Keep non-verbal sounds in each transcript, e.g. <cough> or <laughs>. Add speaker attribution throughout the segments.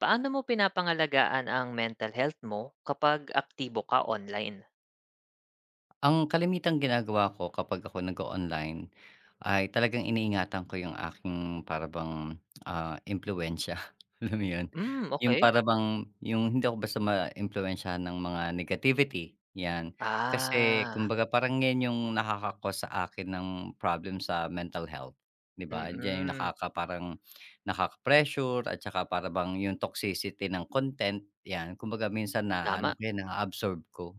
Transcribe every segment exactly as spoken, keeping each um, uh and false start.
Speaker 1: Paano mo pinapangalagaan ang mental health mo kapag aktibo ka online?
Speaker 2: Ang kalimitang ginagawa ko kapag ako nag online ay talagang iniingatan ko yung aking para bang, ah, impluwensiya, <laughs> alam mo yun?
Speaker 1: Hmm,
Speaker 2: Yung
Speaker 1: okey.
Speaker 2: para bang yung hindi ako basta maimpluwensyahan ng mga negativity, 'yan. Kasi
Speaker 1: Ah,
Speaker 2: kumbaga parang 'yan yung nakaka-cause sa akin ng problem sa mental health, 'di ba? Diyan yung
Speaker 1: mm,
Speaker 2: nakaka parang nakaka-pressure at saka para bang yung toxicity ng content, 'yan. Kumbaga minsan
Speaker 1: tama,
Speaker 2: naano ko 'yan, na absorb ko.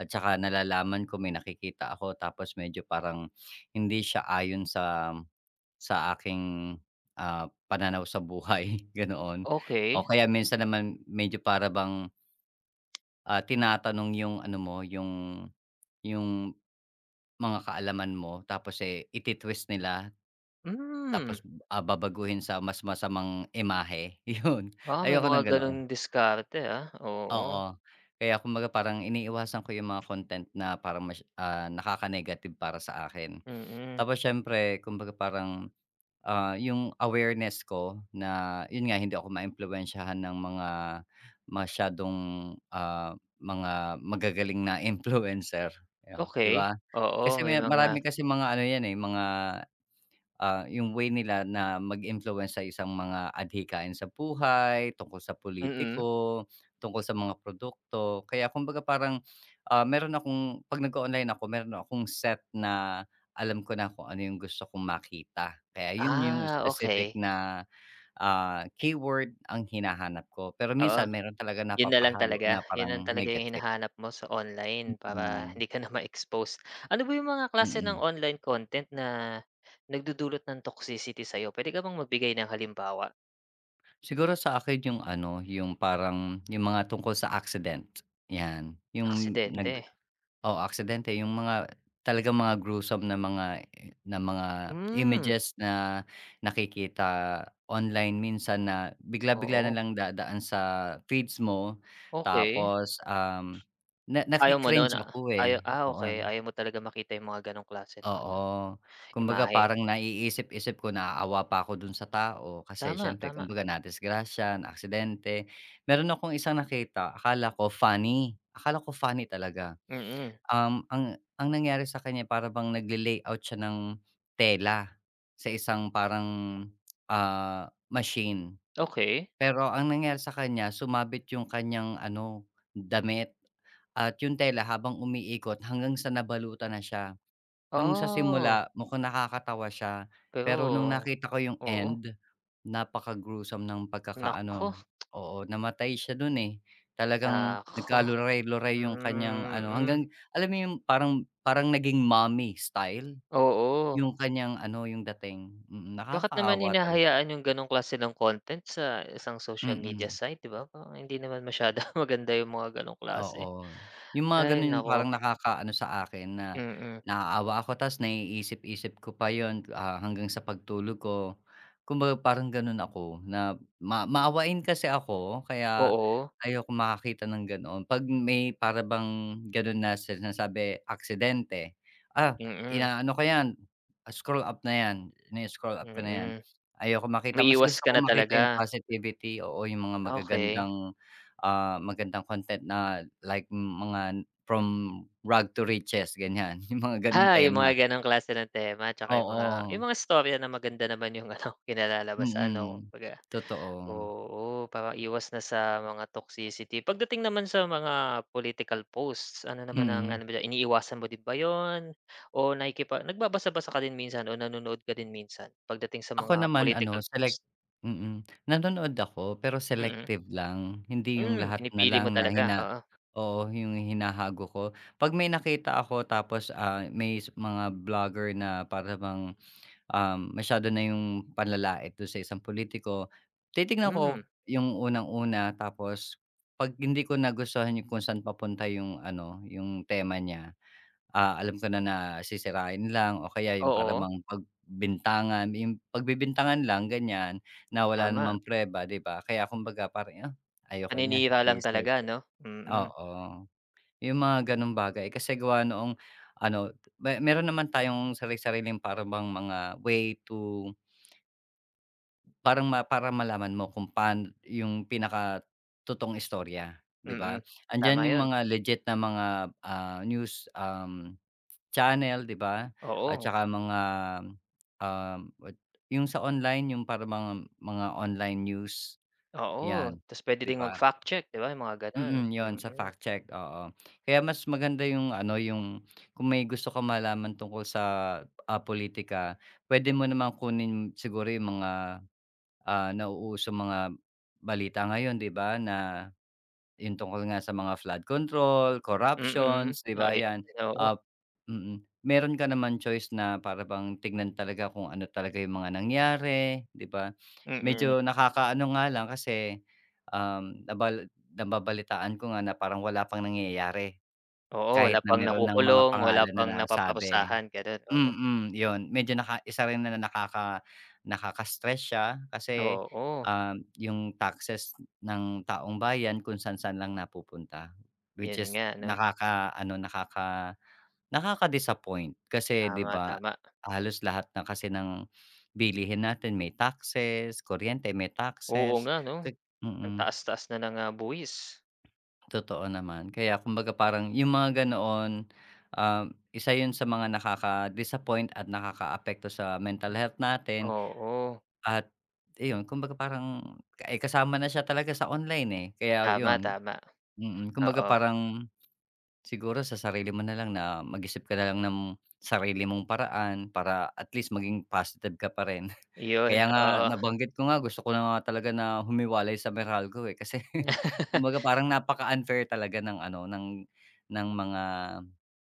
Speaker 2: At saka nalalaman ko may nakikita ako tapos medyo parang hindi siya ayon sa sa aking, ah, pananaw sa buhay, <laughs> ganoon. O
Speaker 1: okey.
Speaker 2: kaya minsan naman medyo para bang, ah, tinatanong yung ano mo, yung yung mga kaalaman mo tapos, eh, ititwist nila
Speaker 1: Hmm,
Speaker 2: tapos, ah, babaguhin sa mas masamang imahe, <laughs> yun.
Speaker 1: ah, may
Speaker 2: Ayoko
Speaker 1: mga
Speaker 2: ng
Speaker 1: gano'ng
Speaker 2: ganoon,
Speaker 1: diskarte, ah, oo,
Speaker 2: oo. Kaya kumbaga parang iniiwasan ko yung mga content na parang mas ah, nakaka-negative para sa akin.
Speaker 1: mm,
Speaker 2: Tapos siyempre kumbaga parang, ah, yung awareness ko na yun nga hindi ako maimpluwensyahan ng mga masyadong, ah, mga magagaling na <laughs> influencer, yun, 'di
Speaker 1: okey.
Speaker 2: ba?
Speaker 1: Oo,
Speaker 2: Kasi
Speaker 1: may
Speaker 2: may
Speaker 1: mga,
Speaker 2: marami kasi mga ano yan, eh, mga ah, yung way nila na mag-influence sa isang mga adhikain sa buhay, tungkol sa
Speaker 1: mm.
Speaker 2: politiko, tungkol sa mga produkto. Kaya kumbaga parang, ah, meron akong 'pag nag-o-online ako, meron akong set na alam ko na kung ano yung gusto kong makita. Kaya yun yung
Speaker 1: Ah,
Speaker 2: specific
Speaker 1: okey,
Speaker 2: na, ah, keyword ang hinahanap ko. Pero
Speaker 1: oo.
Speaker 2: minsan meron talaga
Speaker 1: Yun na lang
Speaker 2: napapahalo
Speaker 1: talaga,
Speaker 2: na
Speaker 1: yun lang
Speaker 2: parang
Speaker 1: talaga yung
Speaker 2: negative.
Speaker 1: hinahanap mo sa online para <laughs>
Speaker 2: Mm,
Speaker 1: hindi ka na ma-expose. Ano ba yung mga klase ng
Speaker 2: mm.
Speaker 1: online content na nagdudulot ng toxicity sa'yo? Pwede ka bang magbigay ng halimbawa?
Speaker 2: Siguro sa akin yung ano, yung parang yung mga tungkol sa accident, 'yan. Yung
Speaker 1: Aksidente?
Speaker 2: nag oo, aksidente, yung mga talaga mga gruesome na mga na mga
Speaker 1: Hmm,
Speaker 2: images na nakikita online minsan na bigla-bigla na
Speaker 1: oo,
Speaker 2: lang dadaan sa feeds mo
Speaker 1: okey.
Speaker 2: tapos, um, na naki
Speaker 1: Ayaw mo nun? Ah,
Speaker 2: ako,
Speaker 1: ayaw,
Speaker 2: eh,
Speaker 1: ah,
Speaker 2: oo.
Speaker 1: okey, ayaw mo talaga makita yung mga ganong klase ng ano,
Speaker 2: Oo, kumbaga
Speaker 1: imahe.
Speaker 2: parang naiisip-isip ko, naaawa pa ako dun sa tao kasi
Speaker 1: Tama,
Speaker 2: siyempre
Speaker 1: tama,
Speaker 2: kumbaga nadisgrasya, naaksidente. Meron akong isang nakita akala ko funny, akala ko funny talaga.
Speaker 1: mm,
Speaker 2: Um, ang ang nangyari sa kanya para bang nagle-layout siya ng tela sa isang parang, ah, machine.
Speaker 1: okey.
Speaker 2: Pero ang nangyari sa kanya sumabit yung kanyang ano, damit at yung tela habang umiikot hanggang sa nabalutan na siya. Nung sa
Speaker 1: Oh,
Speaker 2: simula mukhang nakakatawa siya, pero nung
Speaker 1: pero
Speaker 2: nakita ko yung
Speaker 1: oo,
Speaker 2: end, napaka-gruesome ng pagkakaano
Speaker 1: naku,
Speaker 2: oo, namatay siya dun, eh. Talagang
Speaker 1: naku,
Speaker 2: nagkaluray-luray yung kanyang ano
Speaker 1: mm,
Speaker 2: hanggang alam mo yung parang parang naging mommy style
Speaker 1: oo.
Speaker 2: yung kanyang ano, yung dating. Mm,
Speaker 1: Bakit naman
Speaker 2: nakakaawa talaga,
Speaker 1: hinahayaan yung ganong klase ng content sa isang social media
Speaker 2: mm.
Speaker 1: site, 'di ba? Parang hindi naman masyado <laughs> maganda yung mga ganong klase.
Speaker 2: Oo, yung mga
Speaker 1: Ay
Speaker 2: gano'n yung
Speaker 1: naku,
Speaker 2: parang nakakaano sa akin na
Speaker 1: mm.
Speaker 2: naaawa ako ta's naiisip-isip ko pa yun, ah, hanggang sa pagtulog ko. Kumbaga parang gano'n ako na ma maawain kasi ako kaya
Speaker 1: Oo,
Speaker 2: ayokong makakita ng ganoon. 'Pag may para bang gano'n na sinasabi aksidente, ah,
Speaker 1: mm,
Speaker 2: inaano ko 'yan, ah, scroll up na 'yan, ini-scroll up ko na 'yan.
Speaker 1: mm.
Speaker 2: Ayokong makita mas
Speaker 1: Umiiwas
Speaker 2: gusto
Speaker 1: ka
Speaker 2: ko
Speaker 1: na
Speaker 2: makita
Speaker 1: talaga,
Speaker 2: yung positivity, oo, yung mga
Speaker 1: okay. <laughs>
Speaker 2: magagandang ah, magandang content na like mga from rag to riches ganyan, <laughs> yung mga ganong
Speaker 1: Ah, yung mga
Speaker 2: tema.
Speaker 1: ganong klase ng tema 'tsaka yung mga
Speaker 2: Oo,
Speaker 1: yung mga istorya na maganda naman yung <laughs> ano, kinalalabasan ano
Speaker 2: mm.
Speaker 1: kumbaga.
Speaker 2: Totoo,
Speaker 1: Oo, para iwas na sa mga toxicity. Pagdating naman sa mga political posts, ano naman ang ano
Speaker 2: mm.
Speaker 1: mo iniiwasan mo din ba yon? O nakikipa nagbabasa-basa ka din minsan o nanonood ka din minsan pagdating sa
Speaker 2: Ako
Speaker 1: mga
Speaker 2: naman
Speaker 1: political
Speaker 2: ano select
Speaker 1: post?
Speaker 2: mm, nanonood ako pero
Speaker 1: Mm.
Speaker 2: selective lang, hindi yung
Speaker 1: Hmm,
Speaker 2: lahat na
Speaker 1: pinipili mo
Speaker 2: lang na
Speaker 1: talaga,
Speaker 2: hina
Speaker 1: oo.
Speaker 2: oo, yung hinahago ko. 'Pag may nakita ako tapos, ah, may s- mga vlogger na para bang um, masyado na yung panlalait dun sa isang politiko. Titignan
Speaker 1: Hmm,
Speaker 2: ko yung unang-una tapos 'pag hindi ko nagustuhan yung kung saan papunta yung ano, yung tema niya, ah, alam ko na na sisirain lang o kaya yung parang
Speaker 1: oo,
Speaker 2: bang pagbintangan, yung pagbibintangan lang ganyan na wala
Speaker 1: tama.
Speaker 2: namang preba, 'di ba? Kaya kumbaga parang, "Ah, ayoko niyan."
Speaker 1: Paninira lang
Speaker 2: I-swipe
Speaker 1: talaga
Speaker 2: ko
Speaker 1: 'no? Mm,
Speaker 2: oo, yung mga gano'ng bagay kasi gawa noong ano, may meron naman tayong sarili sariling parang bang mga way to parang ma para malaman mo kung paan yung pinaka pinakatotoong istorya, 'di
Speaker 1: mm.
Speaker 2: ba? Andiyan
Speaker 1: Tama
Speaker 2: yung
Speaker 1: 'yun,
Speaker 2: mga legit na mga, ah, news, um, channel, 'di ba? At
Speaker 1: oo,
Speaker 2: saka mga, um, what yung sa online, yung para mga mga online news,
Speaker 1: oo.
Speaker 2: 'yan,
Speaker 1: Ta's puwede
Speaker 2: 'di
Speaker 1: ding
Speaker 2: ba?
Speaker 1: mag-fact check 'di ba, yung mga gano'n.
Speaker 2: Mm, yon sa
Speaker 1: Mm,
Speaker 2: fact check, oo. Kaya mas maganda yung ano, yung kung may gusto ka malaman tungkol sa, ah, pulitika, puwede mo namang kunin siguro yung mga, ah, nauusong mga balita ngayon, 'di ba, na yung tungkol nga sa mga flood control,
Speaker 1: mm.
Speaker 2: corruptions, 'di ba,
Speaker 1: Ay,
Speaker 2: 'yan.
Speaker 1: oo,
Speaker 2: Ah, mm, meron ka naman choice na para bang tignan talaga kung ano talaga yung mga nangyari, 'di ba.
Speaker 1: mm.
Speaker 2: Medyo nakakaano nga lang kasi, um, nababalitaan ko nga na parang wala pang nangyayari,
Speaker 1: Oo, wala
Speaker 2: kahit na
Speaker 1: pang
Speaker 2: meron ng mga
Speaker 1: nakukulong, wala
Speaker 2: pangalan na
Speaker 1: pang
Speaker 2: nasabi.
Speaker 1: napaparusahan, gano'n, oo.
Speaker 2: Mm, yun medyo naka isa rin na nakaka nakaka-stress siya kasi,
Speaker 1: Oo,
Speaker 2: um, yung taxes ng taong bayan kung saan-saan lang napupunta, which
Speaker 1: 'yun
Speaker 2: is
Speaker 1: nga 'no,
Speaker 2: nakaka ano nakaka nakaka-disappoint kasi 'di
Speaker 1: tama,
Speaker 2: ba,
Speaker 1: tama.
Speaker 2: halos lahat na kasi ng bilihin natin may taxes, kuryente may
Speaker 1: Oo
Speaker 2: taxes,
Speaker 1: nga 'no,
Speaker 2: ka
Speaker 1: ang
Speaker 2: mm.
Speaker 1: taas-taas na ng, ah, buwis.
Speaker 2: Totoo naman. Kaya kumbaga parang yung mga ganoon, um, isa yun sa mga nakaka-disappoint at nakaka-affect nakakaapekto sa mental health natin
Speaker 1: Oo,
Speaker 2: at iyon kumbaga parang, eh, kasama na siya talaga sa online, eh. Kaya
Speaker 1: tama,
Speaker 2: yun,
Speaker 1: tama,
Speaker 2: mm, kumbaga
Speaker 1: oo,
Speaker 2: parang siguro sa sarili mo na lang na mag-isip ka na lang ng sarili mong paraan para at least maging positive ka pa rin.
Speaker 1: 'yun.
Speaker 2: Kaya nga nabanggit ko nga gusto ko na nga talaga na humiwalay sa Meralco, eh, kasi <laughs>
Speaker 1: <laughs> Oo.
Speaker 2: kumbaga parang napaka-unfair talaga ng ano, ng ng mga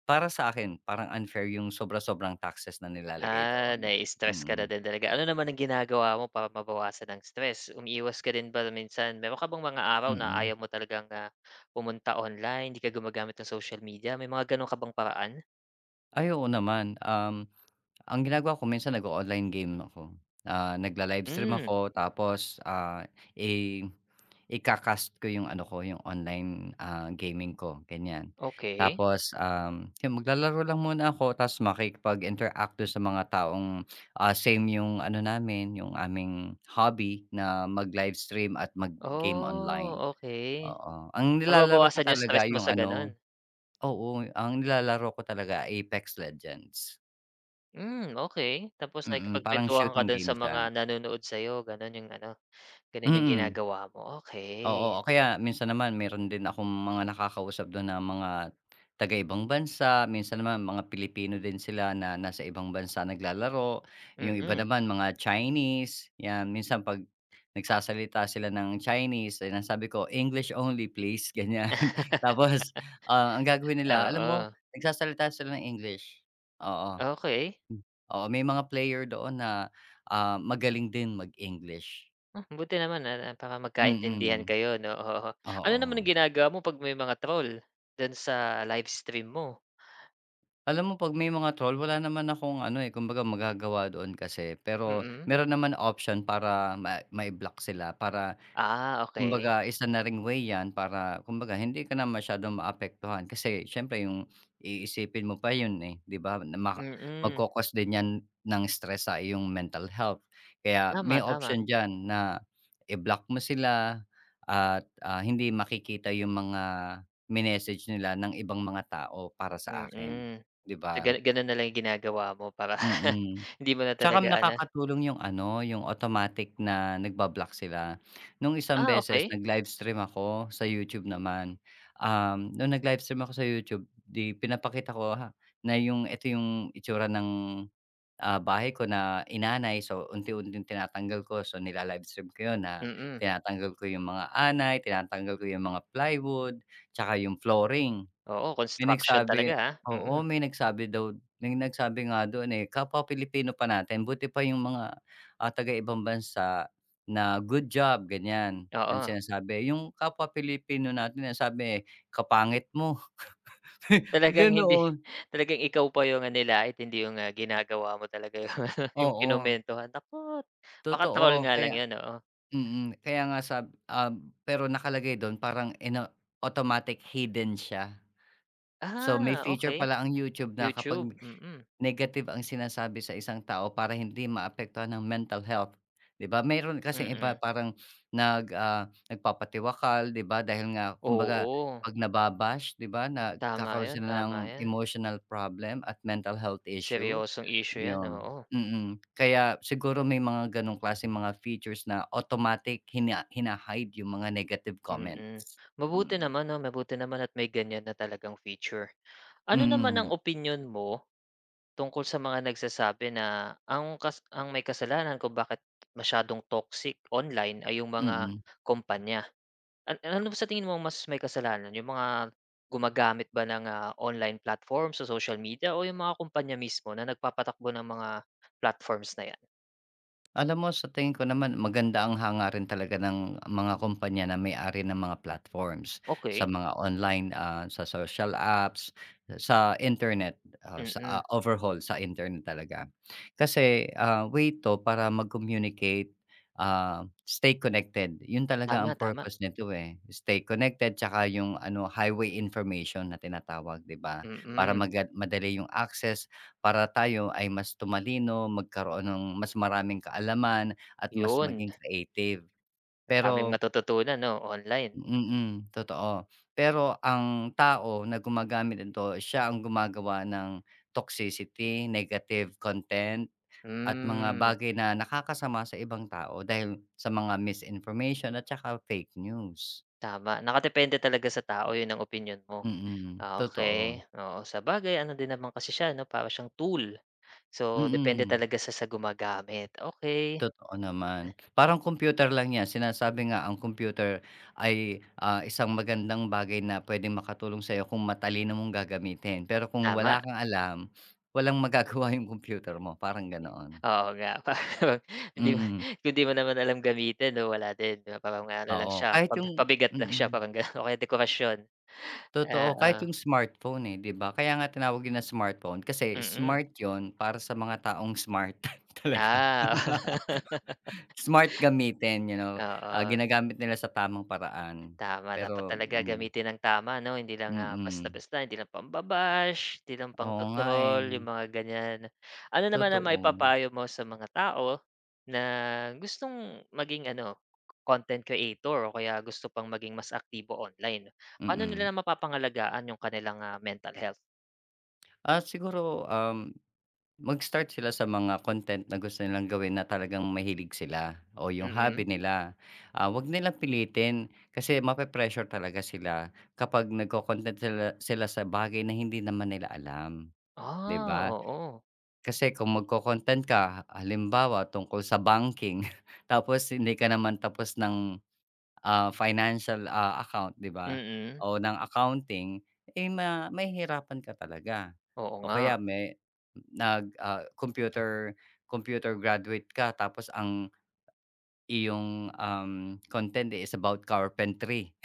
Speaker 2: para sa akin parang unfair yung sobra-sobrang taxes na nilalagay
Speaker 1: Ah,
Speaker 2: doon.
Speaker 1: nai-stress ka na
Speaker 2: Mm,
Speaker 1: din talaga. Ano naman ang ginagawa mo para mabawasan ang stress? Umiiwas ka din ba minsan meron ka bang mga araw na
Speaker 2: mm.
Speaker 1: ayaw mo talagang, ah, pumunta online, hindi ka gumagamit ng social media, may mga gano'n ka bang paraan?
Speaker 2: Ay, oo naman. Um, ang ginagawa ko minsan nag-o-online game ako. Ah, nagla-livestream
Speaker 1: Hmm,
Speaker 2: ako tapos, ah, eh ika-cast ko yung ano ko, yung online, ah, gaming ko, ganyan.
Speaker 1: okey.
Speaker 2: Tapos, um, yun maglalaro lang muna ako tapos makikipag-interact dun sa mga taong, ah, same yung ano namin, yung aming hobby na mag-livestream at mag-game
Speaker 1: Oh,
Speaker 2: online,
Speaker 1: okey.
Speaker 2: oo. Ang nilalaro ko
Speaker 1: Nababawasan yung stress
Speaker 2: talaga
Speaker 1: mo
Speaker 2: yung
Speaker 1: sa gano'n?
Speaker 2: ano oo, ang nilalaro ko talaga Apex Legends.
Speaker 1: Hmm, okey. Tapos
Speaker 2: Mm, parang
Speaker 1: nakikipagkuwentuhan ka
Speaker 2: shooting
Speaker 1: do'n
Speaker 2: game
Speaker 1: sa
Speaker 2: siya,
Speaker 1: mga nanonood sa'yo, gano'n yung ano, gano'n yung
Speaker 2: mm.
Speaker 1: ginagawa mo, okey.
Speaker 2: Oo, o kaya minsan naman meron din akong mga nakakausap dun na mga taga-ibang bansa, minsan naman mga Pilipino din sila na nasa ibang bansa naglalaro, yung iba
Speaker 1: Mm.
Speaker 2: naman mga Chinese, 'yan. Minsan 'pag nagsasalita sila ng Chinese, ayan sabi ko, "English only please," <laughs> ganyan.
Speaker 1: <laughs>
Speaker 2: Tapos, ah, ang gagawin nila alam
Speaker 1: Oo,
Speaker 2: mo nagsasalita sila ng English, oo.
Speaker 1: okey.
Speaker 2: Hmm, oo, may mga player doon na, ah, magaling din mag-English.
Speaker 1: Hmm, buti naman na para magkaintindihan
Speaker 2: Mm,
Speaker 1: kayo 'no, <laughs> oo. Ano naman
Speaker 2: oo.
Speaker 1: yung ginagawa mo 'pag may mga troll do'n sa livestream mo?
Speaker 2: Alam mo 'pag may mga troll wala naman akong ano, eh, kumbaga magagawa doon kasi. Pero
Speaker 1: Mm.
Speaker 2: meron naman option para ma mai-block sila para
Speaker 1: Ah, okey.
Speaker 2: kumbaga isa na ring way 'yan para kumbaga hindi ka na masyadong maapektuhan. Kasi siyempre yung iisipin mo pa yun, eh, 'di ba, na maka
Speaker 1: Mm.
Speaker 2: magko din 'yan ng stress sa iyong mental health. Kaya
Speaker 1: Tama,
Speaker 2: may
Speaker 1: tama.
Speaker 2: option diyan na i-block mo sila at, ah, hindi makikita yung mga minessage nila ng ibang mga tao para sa akin.
Speaker 1: Mm.
Speaker 2: 'Di
Speaker 1: So,
Speaker 2: ba?
Speaker 1: ganu gano'n na lang yung ginagawa mo para <laughs>
Speaker 2: Mm.
Speaker 1: hindi mo na
Speaker 2: Tsaka
Speaker 1: talaga ano,
Speaker 2: nakakatulong yung ano, yung automatic na nagba-block sila. Nung isang
Speaker 1: ah,
Speaker 2: beses
Speaker 1: okay,
Speaker 2: nag-livestream ako sa YouTube naman, um, nung nag-livestream ako sa YouTube 'di pinapakita ko ha na yung ito yung itsura ng, ah, bahay ko na inanay. So, unti-unting tinatanggal ko. So, nila-livestream ko yun na
Speaker 1: mm.
Speaker 2: tinatanggal ko yung mga anay, tinatanggal ko yung mga plywood, tsaka yung flooring.
Speaker 1: Oo,
Speaker 2: May
Speaker 1: construction
Speaker 2: nagsabi
Speaker 1: talaga, ah,
Speaker 2: oo,
Speaker 1: mm,
Speaker 2: may nagsabi daw may nagsabi nga doon, eh, kapwa Pilipino pa natin buti pa yung mga, ah, taga-ibang bansa na good job ganyan ang
Speaker 1: oo.
Speaker 2: sinasabi. Yung kapwa Pilipino natin sinasabi, sabi "Kapangit mo," <laughs>
Speaker 1: Talagang hindi, <laughs>
Speaker 2: ganoon.
Speaker 1: talagang ikaw pa yung, ah, nilait hindi yung, ah, ginagawa mo talaga yung <laughs> ano, yung
Speaker 2: Oo,
Speaker 1: kinomentuhan. Naku, baka troll
Speaker 2: totoo
Speaker 1: nga lang
Speaker 2: kaya
Speaker 1: 'yun, oo.
Speaker 2: mm, kaya nga sab um, pero nakalagay do'n parang ino automatic hidden siya. So, may
Speaker 1: Ah,
Speaker 2: feature
Speaker 1: okay.
Speaker 2: pala ang YouTube na kapag
Speaker 1: YouTube, mm,
Speaker 2: negative ang sinasabi sa isang tao para hindi maapektuhan ng mental health, 'di ba? Mayroon kasing iba
Speaker 1: mm.
Speaker 2: parang nag, ah, nagpapatiwakal, 'di ba? Dahil nga kumbaga
Speaker 1: Oo,
Speaker 2: 'pag nababash, 'di ba,
Speaker 1: tama
Speaker 2: nagkakaroon
Speaker 1: yan,
Speaker 2: sila
Speaker 1: tama
Speaker 2: ng
Speaker 1: 'yan.
Speaker 2: emotional problem at mental health issue,
Speaker 1: Seryosong issue 'yan,
Speaker 2: 'yun.
Speaker 1: oo,
Speaker 2: Mm, kaya siguro may mga gano'ng klase mga features na automatic hina hina-hide yung mga negative
Speaker 1: mm.
Speaker 2: comments.
Speaker 1: Mabuti
Speaker 2: Mm.
Speaker 1: naman 'no, mabuti naman at may ganiyan na talagang feature. Ano naman
Speaker 2: Mm,
Speaker 1: ang opinyon mo tungkol sa mga nagsasabi na ang kas ang may kasalanan kung bakit masyadong toxic online ay yung mga
Speaker 2: mm.
Speaker 1: kumpanya? An ano ba sa tingin mo ang mas may kasalanan, yung mga gumagamit ba ng, ah, online platforms sa social media o yung mga kumpanya mismo na nagpapatakbo ng mga platforms na 'yan?
Speaker 2: Alam mo sa tingin ko naman maganda ang hangarin talaga ng mga kumpanya na may-ari ng mga platforms sa
Speaker 1: Okay,
Speaker 2: mga online, ah, sa social apps, sa internet, ah, sa,
Speaker 1: mm.
Speaker 2: ah, overhaul sa internet talaga. Kasi, ah, way 'to para mag-communicate, ah, stay connected. 'Yun talaga
Speaker 1: Tama,
Speaker 2: ang
Speaker 1: tama.
Speaker 2: purpose nito, eh, stay connected tsaka yung ano highway information na tinatawag, 'di ba? Para
Speaker 1: Mm,
Speaker 2: maga madali yung access para tayo ay mas tumalino, magkaroon ng mas maraming kaalaman at mas
Speaker 1: yun.
Speaker 2: maging creative.
Speaker 1: Ang daming
Speaker 2: Pero
Speaker 1: matututunan 'no, online.
Speaker 2: mm, totoo. Pero ang tao na gumagamit nito, siya ang gumagawa ng toxicity, negative content at mga
Speaker 1: Hmm,
Speaker 2: bagay na nakakasama sa ibang tao dahil sa mga misinformation at saka fake news.
Speaker 1: tama. Nakadepende talaga sa tao, yun ang opinyon mo.
Speaker 2: Mm,
Speaker 1: Ah, okey.
Speaker 2: totoo.
Speaker 1: Oo, sa bagay ano din naman kasi siya 'no, para siyang tool. So, depende
Speaker 2: Mm.
Speaker 1: talaga sa sa gumagamit. Okey,
Speaker 2: Totoo naman. Parang computer lang 'yan. Sinasabi nga ang computer ay, ah, isang magandang bagay na puwedeng makatulong sa'yo kung matalino mong gagamitin. Pero kung
Speaker 1: tama.
Speaker 2: wala kang alam, walang magagawa yung computer mo, parang ganoon.
Speaker 1: Oo nga, <laughs> parang hindi mo
Speaker 2: Mm,
Speaker 1: kung di mo naman alam gamitin 'no, wala din 'di ba, parang ano lang
Speaker 2: oo.
Speaker 1: siya,
Speaker 2: Kahit yung
Speaker 1: pabi pabigat lang siya
Speaker 2: mm,
Speaker 1: parang gano'n <laughs> o kaya dekorasyon.
Speaker 2: totoo. Kahit
Speaker 1: Oo,
Speaker 2: yung smartphone, eh, 'di ba? Kaya nga tinawag yun na smartphone kasi
Speaker 1: mm.
Speaker 2: smart yun para sa mga taong smart <laughs> talaga.
Speaker 1: Ah, <laughs>
Speaker 2: <laughs> Smart gamitin, you know, ah,
Speaker 1: oo.
Speaker 2: ginagamit nila sa tamang paraan.
Speaker 1: Tama, dapat
Speaker 2: Pero
Speaker 1: talaga
Speaker 2: hmm,
Speaker 1: gamitin ng tama 'no, hindi lang, ah,
Speaker 2: mm.
Speaker 1: basta-basta, hindi lang pamba hindi lang pang
Speaker 2: Oo
Speaker 1: to
Speaker 2: nga,
Speaker 1: yung
Speaker 2: eh,
Speaker 1: mga ganyan. Ano naman ang
Speaker 2: totoo.
Speaker 1: maipapayo mo sa mga tao na gustong maging ano, content creator o kaya gusto pang maging mas aktibo online? Paano
Speaker 2: Mm.
Speaker 1: nila mapapangalagaan yung kanilang, ah, mental health?
Speaker 2: Ah, siguro, um, mag-start sila sa mga content na gusto nilang gawin na talagang mahilig sila o yung
Speaker 1: Mm.
Speaker 2: hobby nila. Ah, 'wag nilang pilitin kasi mape-pressure talaga sila kapag nagko-content sila sila sa bagay na hindi naman nila alam, 'di
Speaker 1: Ah,
Speaker 2: ba?
Speaker 1: oo.
Speaker 2: Kasi kung magko-content ka halimbawa tungkol sa banking <laughs> tapos hindi ka naman tapos ng ah, financial, ah, account 'di ba
Speaker 1: Mm.
Speaker 2: o ng accounting, eh, ma may mahihirapan ka talaga.
Speaker 1: Oo
Speaker 2: O
Speaker 1: nga.
Speaker 2: kaya may nag, ah, computer computer graduate ka tapos ang iyong, um, content, eh, is about carpentry.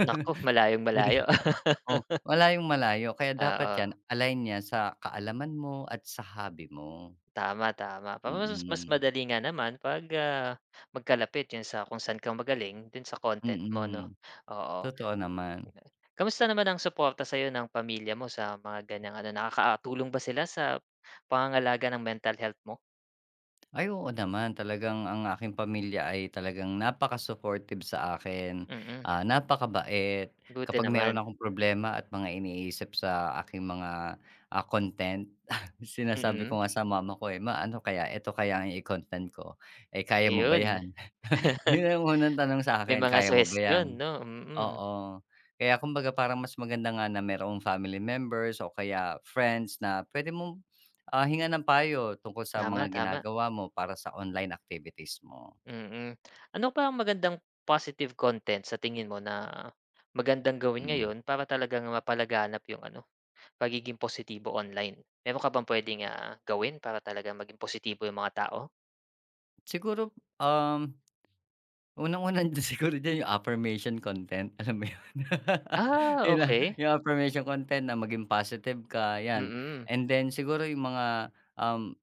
Speaker 1: Naku,
Speaker 2: hindi.
Speaker 1: malayong-malayo.
Speaker 2: 'Di
Speaker 1: <laughs>
Speaker 2: oh, malayong malayo kaya dapat
Speaker 1: Oo.
Speaker 2: 'yan align niya sa kaalaman mo at sa hobby mo.
Speaker 1: Tama, tama. Pa
Speaker 2: Mm,
Speaker 1: mas mas
Speaker 2: mm,
Speaker 1: madali nga naman 'pag, ah, magkalapit 'yun sa kung saan ka magaling dun sa
Speaker 2: Mm,
Speaker 1: content mo
Speaker 2: mm,
Speaker 1: 'no, oo.
Speaker 2: totoo naman.
Speaker 1: Kamusta naman ang suporta sa'yo ng pamilya mo sa mga ganiyang ano, nakakatulong ba sila sa pangangalaga ng mental health mo?
Speaker 2: Ay, oo naman. Talagang ang aking pamilya ay talagang napaka-supportive sa akin,
Speaker 1: Mm, mm.
Speaker 2: ah, napakabait.
Speaker 1: Buti
Speaker 2: Kapag meron
Speaker 1: naman.
Speaker 2: akong problema at mga iniisip sa aking mga, ah, content, <laughs>
Speaker 1: Mm,
Speaker 2: sinasabi
Speaker 1: mm.
Speaker 2: ko nga sa mama ko, eh, "Ma, ano kaya, eto kaya ang i-content ko, eh, kaya mo ba
Speaker 1: Ayun.
Speaker 2: 'yan?" <laughs>
Speaker 1: <laughs>
Speaker 2: 'Yun ang unang tanong
Speaker 1: May
Speaker 2: sa'kin,
Speaker 1: mga
Speaker 2: "Kaya mo ba
Speaker 1: suhestiyon
Speaker 2: 'yan?"
Speaker 1: 'no, mm. Mm.
Speaker 2: Oo. Kaya kumbaga parang mas maganda nga na merong family members o kaya friends na pwede mong, ah, hingan ng payo tungkol sa
Speaker 1: Tama,
Speaker 2: mga
Speaker 1: tama,
Speaker 2: ginagawa mo para sa online activities mo.
Speaker 1: mm. Ano pa ang magandang positive content sa tingin mo na magandang gawin
Speaker 2: Mm.
Speaker 1: ngayon para talagang mapalaganap yung ano pagiging positibo online. Meron ka bang puwedeng, ah, gawin para talagang maging positibo yung mga tao?
Speaker 2: Siguro, um, unang-una <laughs> diyan siguro diyan yung affirmation content, <laughs> alam mo yun? <laughs>
Speaker 1: Ah,
Speaker 2: Yun lang,
Speaker 1: okey.
Speaker 2: yung affirmation content na maging positive ka, 'yan.
Speaker 1: Mm,
Speaker 2: And then siguro yung mga, um,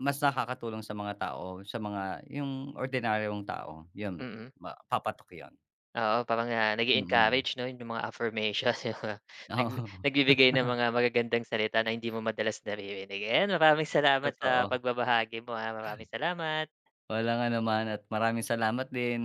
Speaker 2: mas nakakatulong sa mga tao, sa mga yung ordinaryong tao, yun,
Speaker 1: mm.
Speaker 2: ma papatok yun.
Speaker 1: Oo, parang, ah,
Speaker 2: Mm.
Speaker 1: nag-e-encourage 'no, yung mga affirmation, <laughs> yung mga
Speaker 2: <laughs>
Speaker 1: nag
Speaker 2: Oo,
Speaker 1: nagbibigay ng mga magagandang salita na hindi mo madalas naririnig. Ayan, maraming salamat sa
Speaker 2: totoo.
Speaker 1: pagbabahagi mo, ah. Maraming salamat.
Speaker 2: Walang anuman at maraming salamat din.